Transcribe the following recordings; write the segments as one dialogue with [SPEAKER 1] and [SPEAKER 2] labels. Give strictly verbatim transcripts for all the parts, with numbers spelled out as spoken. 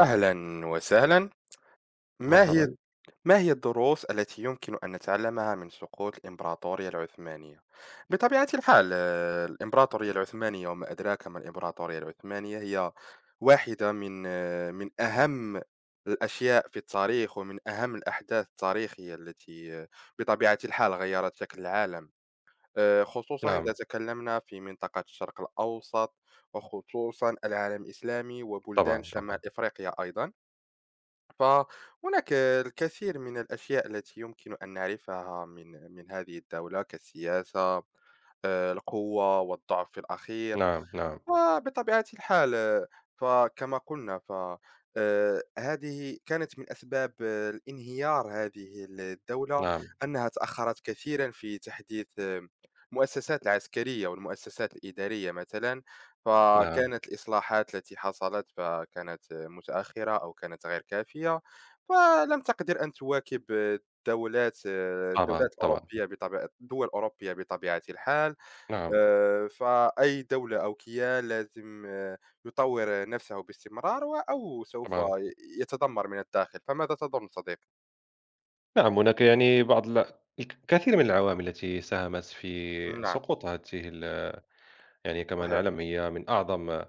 [SPEAKER 1] أهلا وسهلا. ما هي
[SPEAKER 2] مرحبًا،
[SPEAKER 1] ما هي الدروس التي يمكن أن نتعلمها من سقوط الإمبراطورية العثمانية؟ بطبيعة الحال آه، الإمبراطورية العثمانية وما أدراك ما الإمبراطورية العثمانية هي واحدة من آه، من أهم الأشياء في التاريخ ومن أهم الأحداث التاريخية التي آه، بطبيعة الحال غيرت شكل العالم، آه، خصوصا إذا
[SPEAKER 2] نعم،
[SPEAKER 1] تكلمنا في منطقة الشرق الأوسط وخصوصا العالم الإسلامي
[SPEAKER 2] طبعًا،
[SPEAKER 1] وبلدان شمال
[SPEAKER 2] طبعًا،
[SPEAKER 1] إفريقيا أيضا. فهناك الكثير من الأشياء التي يمكن أن نعرفها من من هذه الدولة كالسياسة، آه، القوة والضعف في الأخير.
[SPEAKER 2] نعم، نعم،
[SPEAKER 1] وبطبيعة الحال، آآ، فكما قُلنا ف آآ، هذه كانت من أسباب آه، الانهيار، هذه ال الدولة،
[SPEAKER 2] نعم،
[SPEAKER 1] أنها تأخّرت كثيرًا في تحديث آه، المؤسسات العسكرية والمؤسسات الإدارية مثلًا،
[SPEAKER 2] نعم،
[SPEAKER 1] فكانت الإصلاحات التي حصلت فكانت آه، متأخّرة أو كانت غير كافية، فلم تقدر أن تواكب الدولات
[SPEAKER 2] طبعًا،
[SPEAKER 1] الدولات
[SPEAKER 2] طبعًا،
[SPEAKER 1] الأوروبية بطبيعة الدول الأوروبية بطبيعة الحال.
[SPEAKER 2] نعم،
[SPEAKER 1] آآ، فأي دولة أو كيان لازم آه، يطور نفسه باستمرار، و أو سوف
[SPEAKER 2] طبعًا،
[SPEAKER 1] ي يتدمر من الداخل. فماذا تظن صديقي؟
[SPEAKER 2] نعم، هناك يعني بعض ال الكثير من العوامل التي ساهمت في
[SPEAKER 1] نعم،
[SPEAKER 2] سقوط هذه ال يعني كما
[SPEAKER 1] صحيح،
[SPEAKER 2] نعلم هي من أعظم آآ،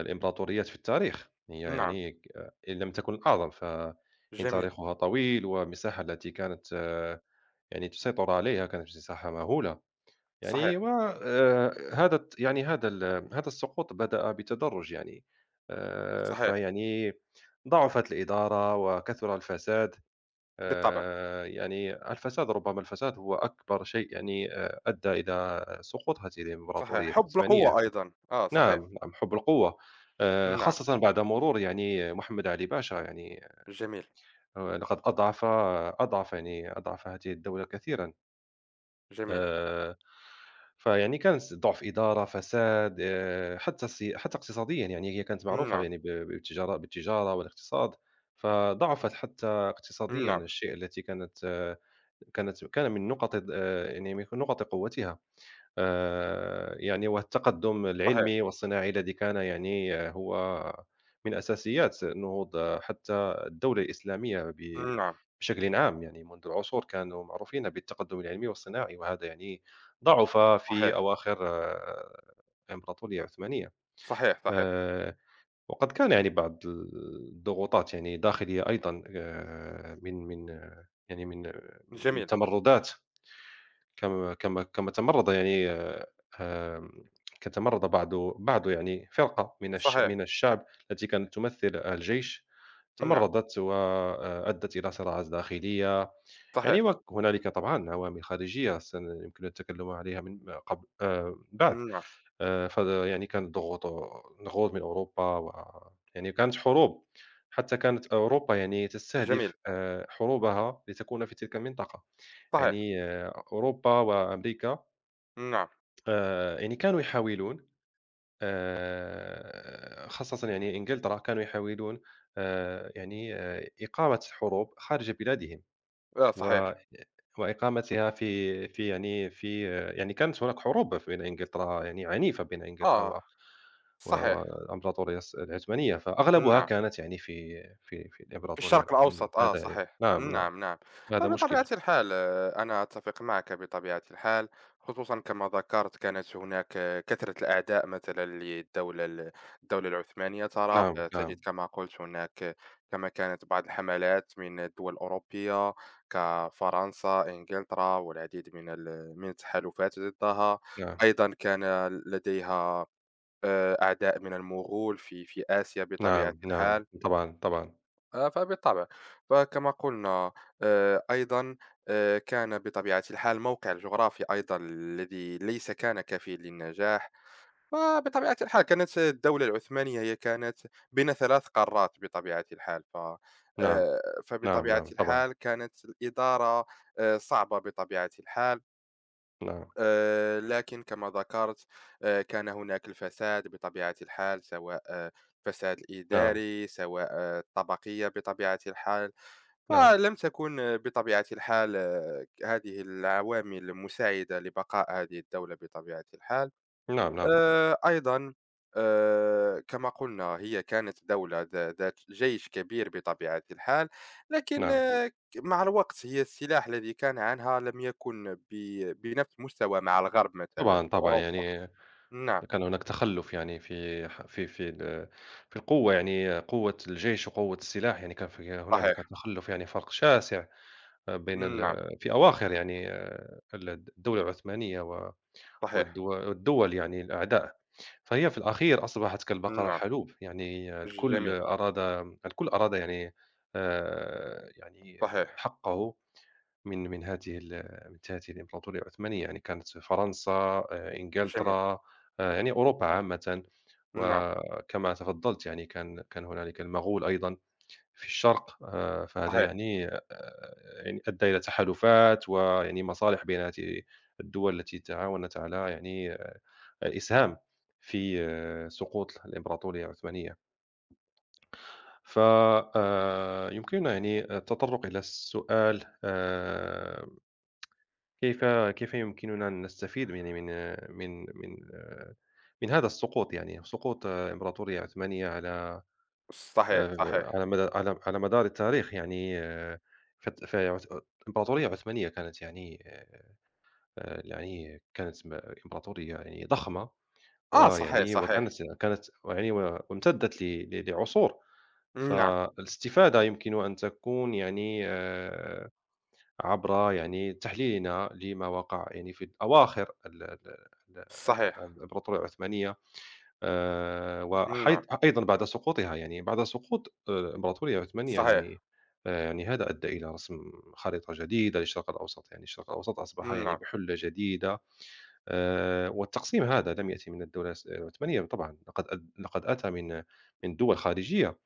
[SPEAKER 2] الإمبراطوريات في التاريخ، هي
[SPEAKER 1] نعم،
[SPEAKER 2] يعني ك إن لم تكن الأعظم، فإن
[SPEAKER 1] جميل،
[SPEAKER 2] تاريخها طويل والمساحة التي كانت آه، يعني تسيطر عليها كانت مساحة مهولة. يعني
[SPEAKER 1] صحيح،
[SPEAKER 2] و آآ هذا الت يعني هذا ال هذا السقوط بدأ بتدرج يعني، آآ
[SPEAKER 1] صحيح،
[SPEAKER 2] فيعني ضعفت الإدارة وكثر الفساد،
[SPEAKER 1] بالطبع،
[SPEAKER 2] آآ يعني الفساد ربما الفساد هو أكبر شيء يعني آآ أدى إلى سقوط هذه
[SPEAKER 1] صحيح،
[SPEAKER 2] الإمبراطورية
[SPEAKER 1] حُب
[SPEAKER 2] العثمانية.
[SPEAKER 1] القوة أيضًا، آه صحيح،
[SPEAKER 2] نعم، نعم، حُب القوة، آآ
[SPEAKER 1] نعم،
[SPEAKER 2] خاصةً بعد مرور يعني محمد علي باشا يعني
[SPEAKER 1] جميل،
[SPEAKER 2] آآ لقد أضعف أضعف يعني أضعف هذه الدولة كثيرًا.
[SPEAKER 1] جميل،
[SPEAKER 2] آآ، فيعني كان س ضعف إدارة، فساد، آآ، حتى سي حتى اقتصاديًا يعني هي كانت معروفة
[SPEAKER 1] نعم،
[SPEAKER 2] يعني ب بالتجارة بالتجارة والاقتصاد، فضعفت حتى اقتصاديًا
[SPEAKER 1] نعم،
[SPEAKER 2] الشيء التي كانت آه، كانت كان من نقط آآ، يعني من نقط قوتها. آآ، يعني والتقدم
[SPEAKER 1] صحيح،
[SPEAKER 2] العلمي والصناعي الذي كان يعني آه، هو من أساسيات نهوض آه، حتى الدولة الإسلامية ب
[SPEAKER 1] نعم،
[SPEAKER 2] بشكل عام، يعني منذ العصور كانوا معروفين بالتقدم العلمي والصناعي، وهذا يعني ضعف في
[SPEAKER 1] صحيح،
[SPEAKER 2] أواخر آه، الإمبراطورية العثمانية.
[SPEAKER 1] صحيح، صحيح،
[SPEAKER 2] آآ، وقد كان يعني بعض الضغوطات يعني داخلية أيضًا آآ، من من آه، يعني من آه، من
[SPEAKER 1] جميل،
[SPEAKER 2] تمردات كما كما كما تمرّض يعني آمم، كتمرّض بعض بعض يعني فرقة من الش من
[SPEAKER 1] صحيح،
[SPEAKER 2] الشعب التي كانت تمثل الجيش،
[SPEAKER 1] نعم،
[SPEAKER 2] تمرّضت وأدّت إلى صراعات داخلية، يعني
[SPEAKER 1] صحيح،
[SPEAKER 2] وهنالك طبعًا عوامل خارجية سن يمكن التكلّم عليها من قبل آآ بعد،
[SPEAKER 1] نعم،
[SPEAKER 2] آآ ف يعني كانت ضغوط ضغوط من أوروبا و يعني كانت حروب، حتى كانت أوروبا يعني
[SPEAKER 1] جميل،
[SPEAKER 2] تستهدف آآ حروبها لتكون في تلك المنطقة.
[SPEAKER 1] صحيح،
[SPEAKER 2] يعني آه، أوروبا وأمريكا
[SPEAKER 1] نعم،
[SPEAKER 2] آه، يعني كانوا يحاولون آه، خاصة يعني إنجلترا كانوا يحاولون آه، يعني آه، إقامة حروب خارج بلادهم
[SPEAKER 1] آه
[SPEAKER 2] و-
[SPEAKER 1] صحيح،
[SPEAKER 2] وإقامتها في في يعني في آه، يعني كانت هناك حروب بين إنجلترا يعني عنيفة بين إنجلترا
[SPEAKER 1] آه،
[SPEAKER 2] و- و-
[SPEAKER 1] صحيح،
[SPEAKER 2] والإمبراطورية الس- العثمانية فأغلبها
[SPEAKER 1] نعم.
[SPEAKER 2] كانت يعني في في في
[SPEAKER 1] في
[SPEAKER 2] الإمبراطورية
[SPEAKER 1] الشرق
[SPEAKER 2] العثمانية
[SPEAKER 1] الأوسط آه
[SPEAKER 2] هذا يعني
[SPEAKER 1] صحيح.
[SPEAKER 2] نعم نعم
[SPEAKER 1] نعم، نعم.
[SPEAKER 2] هذا مشكل
[SPEAKER 1] فبطبيعة الحال، آه، أنا أتفق معك بطبيعة الحال. خصوصًا كما ذكرت كانت هناك آه، كثرة الأعداء مثلًا للدولة ال الدولة العثمانية ترى،
[SPEAKER 2] نعم
[SPEAKER 1] فتجد
[SPEAKER 2] نعم
[SPEAKER 1] كما قلت هناك آه، كما كانت بعض الحملات من الدول الأوروبية كفرنسا، إنجلترا والعديد من ال من التحالفات ضدها.
[SPEAKER 2] نعم
[SPEAKER 1] أيضًا كان لديها آآ أعداء من المغول في في آسيا بطبيعة
[SPEAKER 2] نعم نعم
[SPEAKER 1] الحال.
[SPEAKER 2] طبعا طبعا
[SPEAKER 1] آه، فبالطبع، فكما قلنا آه، أيضا آه، كان بطبيعة الحال موقع الجغرافي أيضا الذي ليس كان كافيا للنجاح. فبطبيعة الحال كانت الدولة العثمانية هي كانت بين ثلاث قارات بطبيعة الحال ف
[SPEAKER 2] نعم،
[SPEAKER 1] آه،
[SPEAKER 2] نعم،
[SPEAKER 1] فبطبيعة
[SPEAKER 2] نعم، طبعًا،
[SPEAKER 1] الحال كانت الإدارة آه، صعبة بطبيعة الحال.
[SPEAKER 2] نعم،
[SPEAKER 1] آه، لكن كما ذكرت آه، كان هناك الفساد بطبيعة الحال، سواء آه، الفساد
[SPEAKER 2] نعم،
[SPEAKER 1] الإداري، سواء آه، الطبقية بطبيعة الحال. آه،
[SPEAKER 2] نعم،
[SPEAKER 1] لم تكن بطبيعة الحال آه، هذه العوامل مساعدة لبقاء هذه الدولة بطبيعة الحال.
[SPEAKER 2] نعم، نعم،
[SPEAKER 1] آآ، أيضًا، آآ، كما قلنا هي كانت دولة ذا ذات جيش كبير بطبيعة الحال، لكن
[SPEAKER 2] نعم،
[SPEAKER 1] آه، ك مع الوقت هي السلاح الذي كان عنها لم يكن ب بنفس المستوى مع الغرب مثلًا
[SPEAKER 2] طبعًا، طبعًا،
[SPEAKER 1] وأوروبا.
[SPEAKER 2] يعني
[SPEAKER 1] نعم،
[SPEAKER 2] كان هناك تخلُّف يعني في ح في في ال في القوة يعني قوة الجيش وقوة السلاح، يعني كان في هنالك
[SPEAKER 1] صحيح،
[SPEAKER 2] تخلُّف يعني فرق شاسع بين
[SPEAKER 1] نعم،
[SPEAKER 2] ال في أواخر يعني ال الدولة العثمانية و
[SPEAKER 1] صحيح،
[SPEAKER 2] والدو والدول يعني الأعداء، فهي في الأخير أصبحت كالبقرة
[SPEAKER 1] نعم،
[SPEAKER 2] الحلوب، يعني الكل
[SPEAKER 1] جميل،
[SPEAKER 2] أراد الكل أراد يعني آآ، يعني
[SPEAKER 1] صحيح،
[SPEAKER 2] حقّه. من من هذه ال من هذه الإمبراطورية العثمانية، يعني كانت فرنسا، آآ
[SPEAKER 1] جميل،
[SPEAKER 2] إنجلترا، آآ يعني أوروبا عامةً،
[SPEAKER 1] نعم،
[SPEAKER 2] وكما تفضّلت يعني كان كان هنالك المغول أيضًا في الشرق، آآ فهذا
[SPEAKER 1] صحيح،
[SPEAKER 2] يعني آآ يعني أدّى إلى تحالفات ويعني مصالح بين هذه الدول التي تعاونت على يعني آه، الإسهام في آه، سقوط الإمبراطورية العثمانية. ف آآ يمكننا يعني التطرُّق إلى السؤال آآ كيف كيف يمكننا أن نستفيد يعني من من من آآ، من هذا السقوط يعني، سقوط إمبراطورية عثمانية على
[SPEAKER 1] صحيح،
[SPEAKER 2] آآ، على
[SPEAKER 1] صحيح،
[SPEAKER 2] مدى على على مدار التاريخ يعني آآ، فت فعث إمبراطورية عثمانية كانت يعني آآ، يعني كانت م إمبراطورية يعني ضخمة،
[SPEAKER 1] آه، صحيح،
[SPEAKER 2] ويعني
[SPEAKER 1] صحيح.
[SPEAKER 2] وكانت كانت ويعني و وامتدت ل ل لعصور،
[SPEAKER 1] نعم،
[SPEAKER 2] فالاستفادة يمكن أن تكون يعني آآ عبر يعني تحليلنا لما وقع يعني في أواخر ال- ال- ال-
[SPEAKER 1] صحيح،
[SPEAKER 2] الإمبراطورية العثمانية آه،
[SPEAKER 1] نعم،
[SPEAKER 2] وأيضا بعد سقوطها يعني بعد سقوط آه، الإمبراطورية العثمانية يعني
[SPEAKER 1] صحيح،
[SPEAKER 2] آه، يعني هذا أدى إلى رسم خريطة جديدة للشرق الأوسط يعني الشرق الأوسط أصبح يعني
[SPEAKER 1] نعم،
[SPEAKER 2] بحلة جديدة آه، والتقسيم هذا لم يأتي من الدولة العثمانية طبعا لقد لقد أتى من من دول خارجية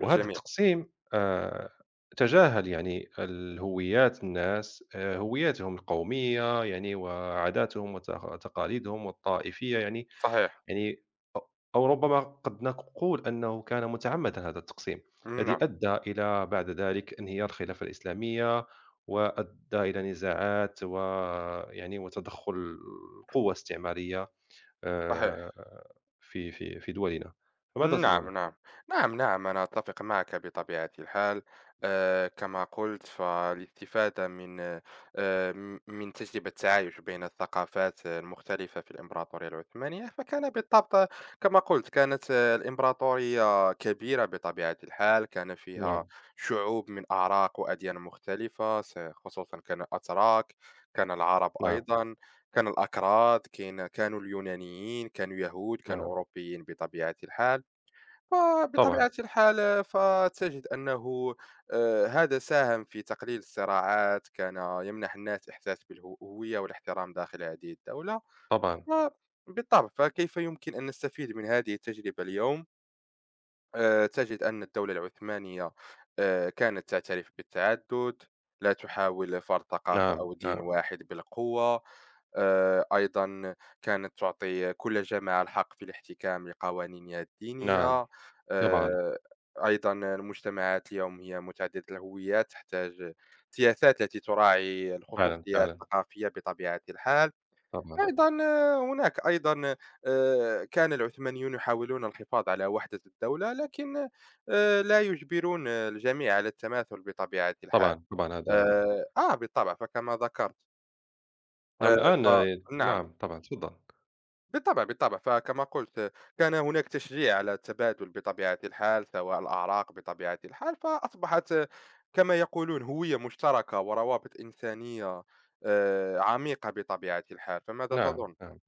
[SPEAKER 2] وهذا
[SPEAKER 1] جميل،
[SPEAKER 2] التقسيم آآ تجاهل يعني الهويات الناس آآ هوياتهم القومية يعني وعاداتهم وتق تقاليدهم والطائفية يعني
[SPEAKER 1] صحيح،
[SPEAKER 2] يعني أ أو ربما قد نقول أنه كان متعمدًا هذا التقسيم،
[SPEAKER 1] نعم،
[SPEAKER 2] الذي أدى إلى بعد ذلك انهيار الخلافة الإسلامية، وأدى إلى نزاعات ويعني وتدخل قوى استعمارية آآ
[SPEAKER 1] صحيح.
[SPEAKER 2] في في في دولنا، فماذا
[SPEAKER 1] نعم،
[SPEAKER 2] تظن؟
[SPEAKER 1] نعم، نعم، نعم، أنا أتفق معك بطبيعة الحال. آه، كما قلت، فالاستفادة من آه، م- من تجربة التعايش بين الثقافات المختلفة في الإمبراطورية العثمانية، فكان بالضبط كما قلت كانت آه، الإمبراطورية كبيرة بطبيعة الحال، كان فيها
[SPEAKER 2] نعم،
[SPEAKER 1] شعوب من أعراق وأديان مختلفة، س- خصوصا كان الأتراك، كان العرب
[SPEAKER 2] نعم،
[SPEAKER 1] أيضا، كان الأكراد، كان كانوا اليونانيين، كانوا يهود، كانوا
[SPEAKER 2] نعم،
[SPEAKER 1] أوروبيين بطبيعة الحال.
[SPEAKER 2] طبعًا.
[SPEAKER 1] فبطبيعة الحال فتجد أنه آه، هذا ساهم في تقليل الصراعات، كان يمنح الناس إحساس بالهوية والاحترام داخل هذه الدولة.
[SPEAKER 2] طبعًا،
[SPEAKER 1] و- بالطبع، فكيف يمكن أن نستفيد من هذه التجربة اليوم؟ آآ تجد أن الدولة العثمانية آآ كانت تعترف بالتعدُّد، لا تحاول فرض ثقافة
[SPEAKER 2] نعم،
[SPEAKER 1] أو دين
[SPEAKER 2] نعم،
[SPEAKER 1] واحد بالقوة. آآ أيضًا، كانت تعطي كل جماعة الحق في الاحتكام لقوانينها
[SPEAKER 2] نعم،
[SPEAKER 1] الدينية.
[SPEAKER 2] طبعًا،
[SPEAKER 1] آآ أيضًا، المجتمعات اليوم هي متعددة الهويات، تحتاج سياسات التي تراعي
[SPEAKER 2] فعلًا،
[SPEAKER 1] الخصوصية
[SPEAKER 2] فعلًا،
[SPEAKER 1] الثقافية بطبيعة الحال.
[SPEAKER 2] طبعًا،
[SPEAKER 1] أيضًا، هناك أيضًا آآ، كان العثمانيون يحاولون الحفاظ على وحدة الدولة، لكن آآ، لا يجبرون الجميع على التماثل بطبيعة الحال.
[SPEAKER 2] طبعًا، طبعًا هذا
[SPEAKER 1] آآ، آه بالطبع، فكما ذكرت، آآ،
[SPEAKER 2] نعم الآن آه،
[SPEAKER 1] فنعم،
[SPEAKER 2] نعم طبعًا تفضل،
[SPEAKER 1] بالطبع، بالطبع، فكما قلت آه، كان هناك تشجيع على التبادل بطبيعة الحال، سواء الأعراق بطبيعة الحال، فأصبحت آه، كما يقولون هوية مشتركة وروابط إنسانية آآ، عميقة بطبيعة الحال. فماذا
[SPEAKER 2] نعم،
[SPEAKER 1] تظن؟
[SPEAKER 2] نعم،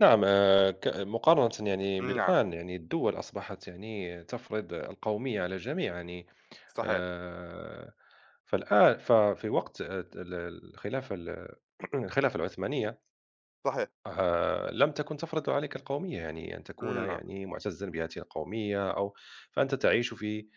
[SPEAKER 2] نعم آآ ك مقارنةً يعني
[SPEAKER 1] نعم،
[SPEAKER 2] بالآن يعني الدول أصبحت يعني تفرض القومية على الجميع يعني
[SPEAKER 1] صحيح،
[SPEAKER 2] آآ، فالآن ففي وقت آه، ال الخلافة ال الخلافة العثمانية
[SPEAKER 1] صحيح.
[SPEAKER 2] آآ لم تكن تفرض عليك القومية، يعني أن تكون
[SPEAKER 1] نعم،
[SPEAKER 2] يعني مُعتزًا بهذه القومية أو فأنت تعيش في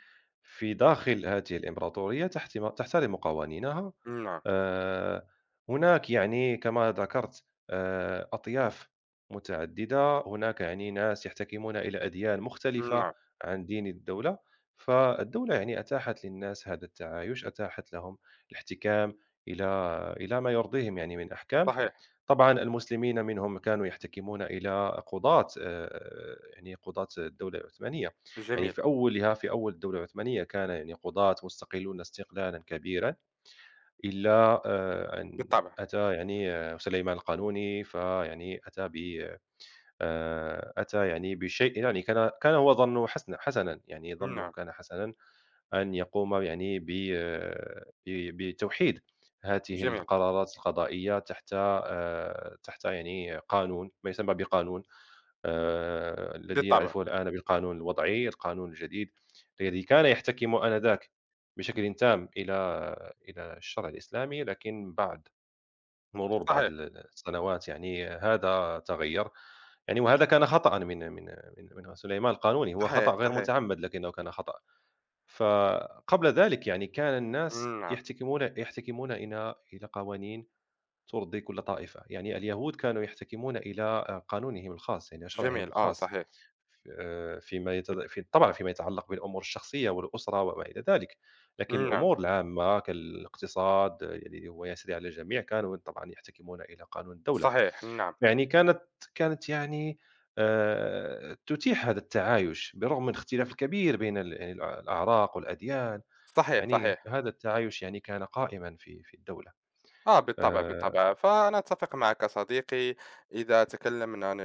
[SPEAKER 2] في داخل هذه الإمبراطورية تحتم تحترم قوانينها.
[SPEAKER 1] نعم،
[SPEAKER 2] آآ هناك يعني كما ذكرت آآ أطياف متعددة، هناك يعني ناس يحتكمون إلى أديان مختلفة
[SPEAKER 1] نعم،
[SPEAKER 2] عن دين الدولة، فالدولة يعني أتاحت للناس هذا التعايش، أتاحت لهم الاحتكام إلى إلى ما يرضيهم يعني من أحكام.
[SPEAKER 1] صحيح،
[SPEAKER 2] طبعًا المسلمين منهم كانوا يحتكمون إلى قضاة آآ، يعني قضاة الدولة العثمانية، يعني
[SPEAKER 1] جميل،
[SPEAKER 2] في أولها في أول الدولة العثمانية كان يعني قضاة مستقلون استقلالا كبيرًا، إلا آآ، أن
[SPEAKER 1] بالطبع،
[SPEAKER 2] أتى يعني آه، سليمان القانوني فيعني أتى ب آآ، أتى يعني بشيء يعني كان كان هو ظنه حسن حسنًا، يعني ظنه
[SPEAKER 1] نعم،
[SPEAKER 2] كان حسنًا أن يقوم يعني ب آه، ب بتوحيد هذه
[SPEAKER 1] جميل،
[SPEAKER 2] القرارات القضائية تحت آآ، تحت يعني قانون ما يسمى بقانون آآ، الذي
[SPEAKER 1] بالطبع،
[SPEAKER 2] نعرفه الآن بالقانون الوضعي، القانون الجديد الذي كان يحتكم آنذاك بشكل تام إلى إلى الشرع الإسلامي، لكن بعد مرور بعض
[SPEAKER 1] صحيح،
[SPEAKER 2] ال السنوات يعني هذا تغير، يعني وهذا كان خطأ من من من من سليمان القانوني، هو خطأ
[SPEAKER 1] صحيح،
[SPEAKER 2] غير
[SPEAKER 1] صحيح،
[SPEAKER 2] متعمد لكنه كان خطأ. فقبل ذلك يعني كان الناس
[SPEAKER 1] نعم،
[SPEAKER 2] يحتكمون يحتكمون إلى إلى قوانين ترضي كل طائفة، يعني اليهود كانوا يحتكمون إلى قانونهم الخاص، يعني شرعهم
[SPEAKER 1] جميل، آه،
[SPEAKER 2] الخاص
[SPEAKER 1] صحيح،
[SPEAKER 2] آآ، فيما يتد في طبعًا فيما يتعلق بالأمور الشخصية والأسرة وما إلى ذلك، لكن
[SPEAKER 1] نعم،
[SPEAKER 2] الأمور العامة كالاقتصاد الذي هو يسري على الجميع كانوا طبعًا يحتكمون إلى قانون الدولة،
[SPEAKER 1] صحيح، نعم،
[SPEAKER 2] يعني كانت كانت يعني آآ، تتيح هذا التعايش بالرغم من الاختلاف الكبير بين ال يعني الأع- الأعراق والأديان
[SPEAKER 1] صحيح،
[SPEAKER 2] يعني
[SPEAKER 1] صحيح،
[SPEAKER 2] هذا التعايش يعني كان قائمًا في في الدولة.
[SPEAKER 1] آه، بالطبع،
[SPEAKER 2] آآ
[SPEAKER 1] بالطبع، فأنا أتفق معك صديقي. إذا تكلمنا عن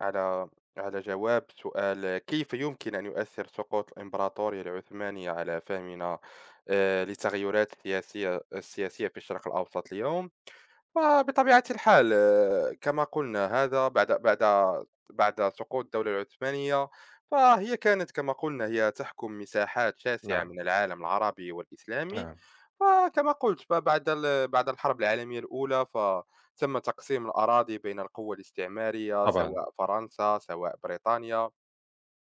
[SPEAKER 1] على على جواب سؤال: كيف يمكن أن يؤثر سقوط الإمبراطورية العثمانية على فهمنا آه، للتغيرات السياسية السياسية في الشرق الأوسط اليوم؟ وبطبيعة الحال آآ، كما قُلنا، هذا بعد بعد بعد سقوط الدولة العثمانية، فهي كانت كما قُلنا هي تحكم مساحات شاسعة
[SPEAKER 2] نعم،
[SPEAKER 1] من العالم العربي والإسلامي.
[SPEAKER 2] نعم،
[SPEAKER 1] فكما قُلت، فبعد ال بعد الحرب العالمية الأولى، فتم تقسيم الأراضي بين القوى الاستعمارية،
[SPEAKER 2] طبعًا،
[SPEAKER 1] سواء فرنسا، سواء بريطانيا.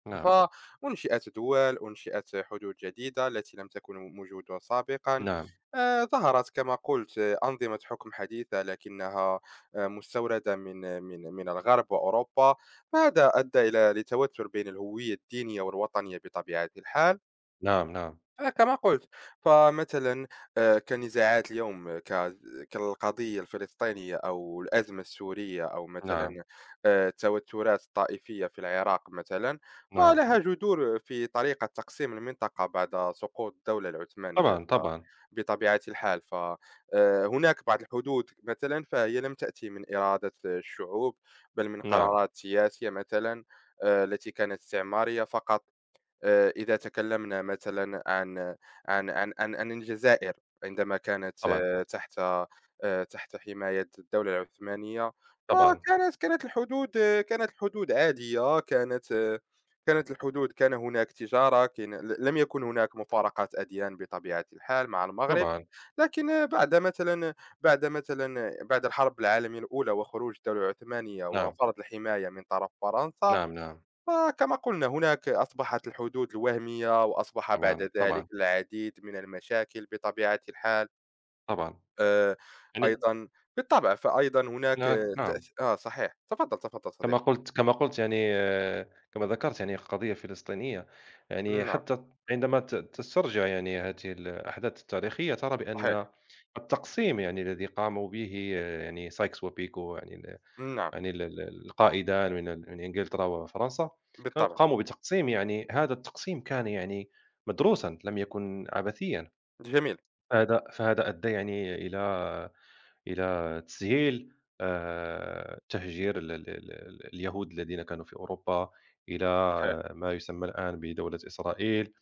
[SPEAKER 2] نعم،
[SPEAKER 1] فأنشئت دول، أنشئت حدود جديدة التي لم تكن موجودة سابقا.
[SPEAKER 2] نعم،
[SPEAKER 1] آه، ظهرت كما قلت آه، أنظمة حكم حديثة، لكنها آه، مستوردة من من من الغرب وأوروبا، فهذا أدى إلى لتوتر بين الهوية الدينية والوطنية بطبيعة الحال.
[SPEAKER 2] نعم، نعم،
[SPEAKER 1] أنا كما قُلت، فمثلًا آآ كنزاعات اليوم ك كالقضية الفلسطينية، أو الأزمة السورية، أو مثلًا
[SPEAKER 2] نعم،
[SPEAKER 1] آآ التوترات الطائفية في العراق مثلًا،
[SPEAKER 2] نعم،
[SPEAKER 1] فلها جذور في طريقة تقسيم المنطقة بعد سقوط الدولة العثمانية.
[SPEAKER 2] طبعًا،
[SPEAKER 1] ف
[SPEAKER 2] طبعًا،
[SPEAKER 1] بطبيعة الحال، ف آآ هناك بعض الحدود مثلًا فهي لم تأتي من إرادة الشعوب، بل من
[SPEAKER 2] نعم،
[SPEAKER 1] قرارات سياسية مثلًا، آآ التي كانت استعمارية فقط. آه، إذا تكلمنا مثلا عن عن عن عن, عن الجزائر، عندما كانت
[SPEAKER 2] طبعًا،
[SPEAKER 1] آه، تحت آه، تحت حماية الدولة العثمانية،
[SPEAKER 2] طبعًا،
[SPEAKER 1] فكانت كانت الحدود آه، كانت الحدود عادية، كانت آه، كانت الحدود، كان هناك تجارة، كان لم يكن هناك مفارقات أديان بطبيعة الحال مع المغرب.
[SPEAKER 2] طبعًا،
[SPEAKER 1] لكن آه، بعد مثلا بعد مثلا بعد الحرب العالمية الأولى وخروج الدولة العثمانية
[SPEAKER 2] نعم،
[SPEAKER 1] وفرض الحماية من طرف فرنسا،
[SPEAKER 2] نعم، نعم،
[SPEAKER 1] فكما قلنا هناك أصبحت الحدود الوهمية، وأصبح بعد
[SPEAKER 2] طبعًا،
[SPEAKER 1] ذلك
[SPEAKER 2] طبعًا،
[SPEAKER 1] العديد من المشاكل بطبيعة الحال.
[SPEAKER 2] طبعًا،
[SPEAKER 1] آه،
[SPEAKER 2] يعني
[SPEAKER 1] أيضا، بالطبع، فأيضا هناك
[SPEAKER 2] هناك نعم،
[SPEAKER 1] تأث... آه صحيح، تفضل تفضل
[SPEAKER 2] كما
[SPEAKER 1] صديق.
[SPEAKER 2] قلت كما قلت يعني آه، كما ذكرت يعني قضية فلسطينية، يعني
[SPEAKER 1] نعم،
[SPEAKER 2] حتى عندما ت تسترجع يعني هذه الأحداث التاريخية ترى
[SPEAKER 1] صحيح،
[SPEAKER 2] بأن التقسيم يعني الذي قاموا به آه، يعني سايكس وبيكو يعني ال
[SPEAKER 1] نعم،
[SPEAKER 2] يعني ال ال القائدان من ال من إنجلترا وفرنسا كان
[SPEAKER 1] بالطبع،
[SPEAKER 2] قاموا بتقسيم يعني هذا التقسيم كان يعني مدروسًا، لم يكن عبثيًا.
[SPEAKER 1] جميل،
[SPEAKER 2] فهذا فهذا أدى يعني إلى إلى تسهيل آآ، تهجير ال ال ال ال اليهود الذين كانوا في أوروبا إلى
[SPEAKER 1] صحيح،
[SPEAKER 2] ما يسمى الآن بدولة إسرائيل،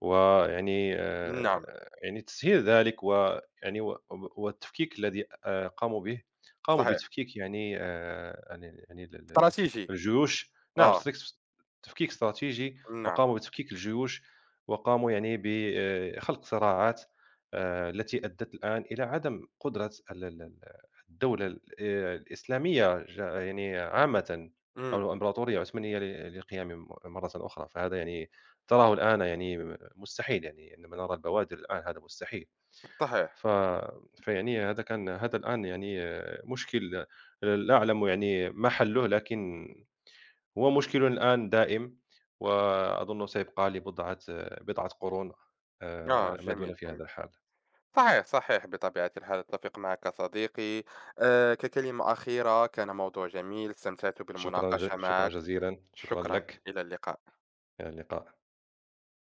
[SPEAKER 2] ويعني
[SPEAKER 1] نعم،
[SPEAKER 2] آآ، يعني تسهيل ذلك ويعني و والتفكيك الذي آآ، قاموا به، قاموا
[SPEAKER 1] صحيح،
[SPEAKER 2] بتفكيك يعني آآ، يعني يعني ال ال ال
[SPEAKER 1] استراتيجي،
[SPEAKER 2] الجيوش نعم
[SPEAKER 1] آه،
[SPEAKER 2] ستريكس تفكيك استراتيجي،
[SPEAKER 1] نعم،
[SPEAKER 2] وقاموا بتفكيك الجيوش، وقاموا يعني بخلق صراعات آآ التي أدّت الآن إلى عدم قدرة ال ال ال الدولة ال آآ الإسلامية ج يعني عامةً أو
[SPEAKER 1] مم.
[SPEAKER 2] الإمبراطورية العثمانية ل للقيام م مرةً أخرى، فهذا يعني تراه الآن يعني م مستحيل يعني عندما نرى البوادر الآن هذا مستحيل.
[SPEAKER 1] صحيح،
[SPEAKER 2] ف فيعني هذا كان هذا الآن يعني آه، مشكل لا أعلم يعني ما حلُّه، لكن هو مشكل الآن دائم، وأظنّه سيبقى لبضعة بضعة قرون
[SPEAKER 1] آه،
[SPEAKER 2] آآ ما دون
[SPEAKER 1] جميل،
[SPEAKER 2] في هذا
[SPEAKER 1] جميل،
[SPEAKER 2] الحال.
[SPEAKER 1] صحيح، صحيح، بطبيعة الحال أتفق معك صديقي. آه، ككلمة أخيرة، كان موضوع جميل، استمتعت
[SPEAKER 2] شكرًا ج
[SPEAKER 1] بالمناقشة
[SPEAKER 2] شكرًا
[SPEAKER 1] معك.
[SPEAKER 2] جزيلًا، شكرًا
[SPEAKER 1] شكرا،
[SPEAKER 2] لك،
[SPEAKER 1] إلى اللقاء.
[SPEAKER 2] إلى اللقاء.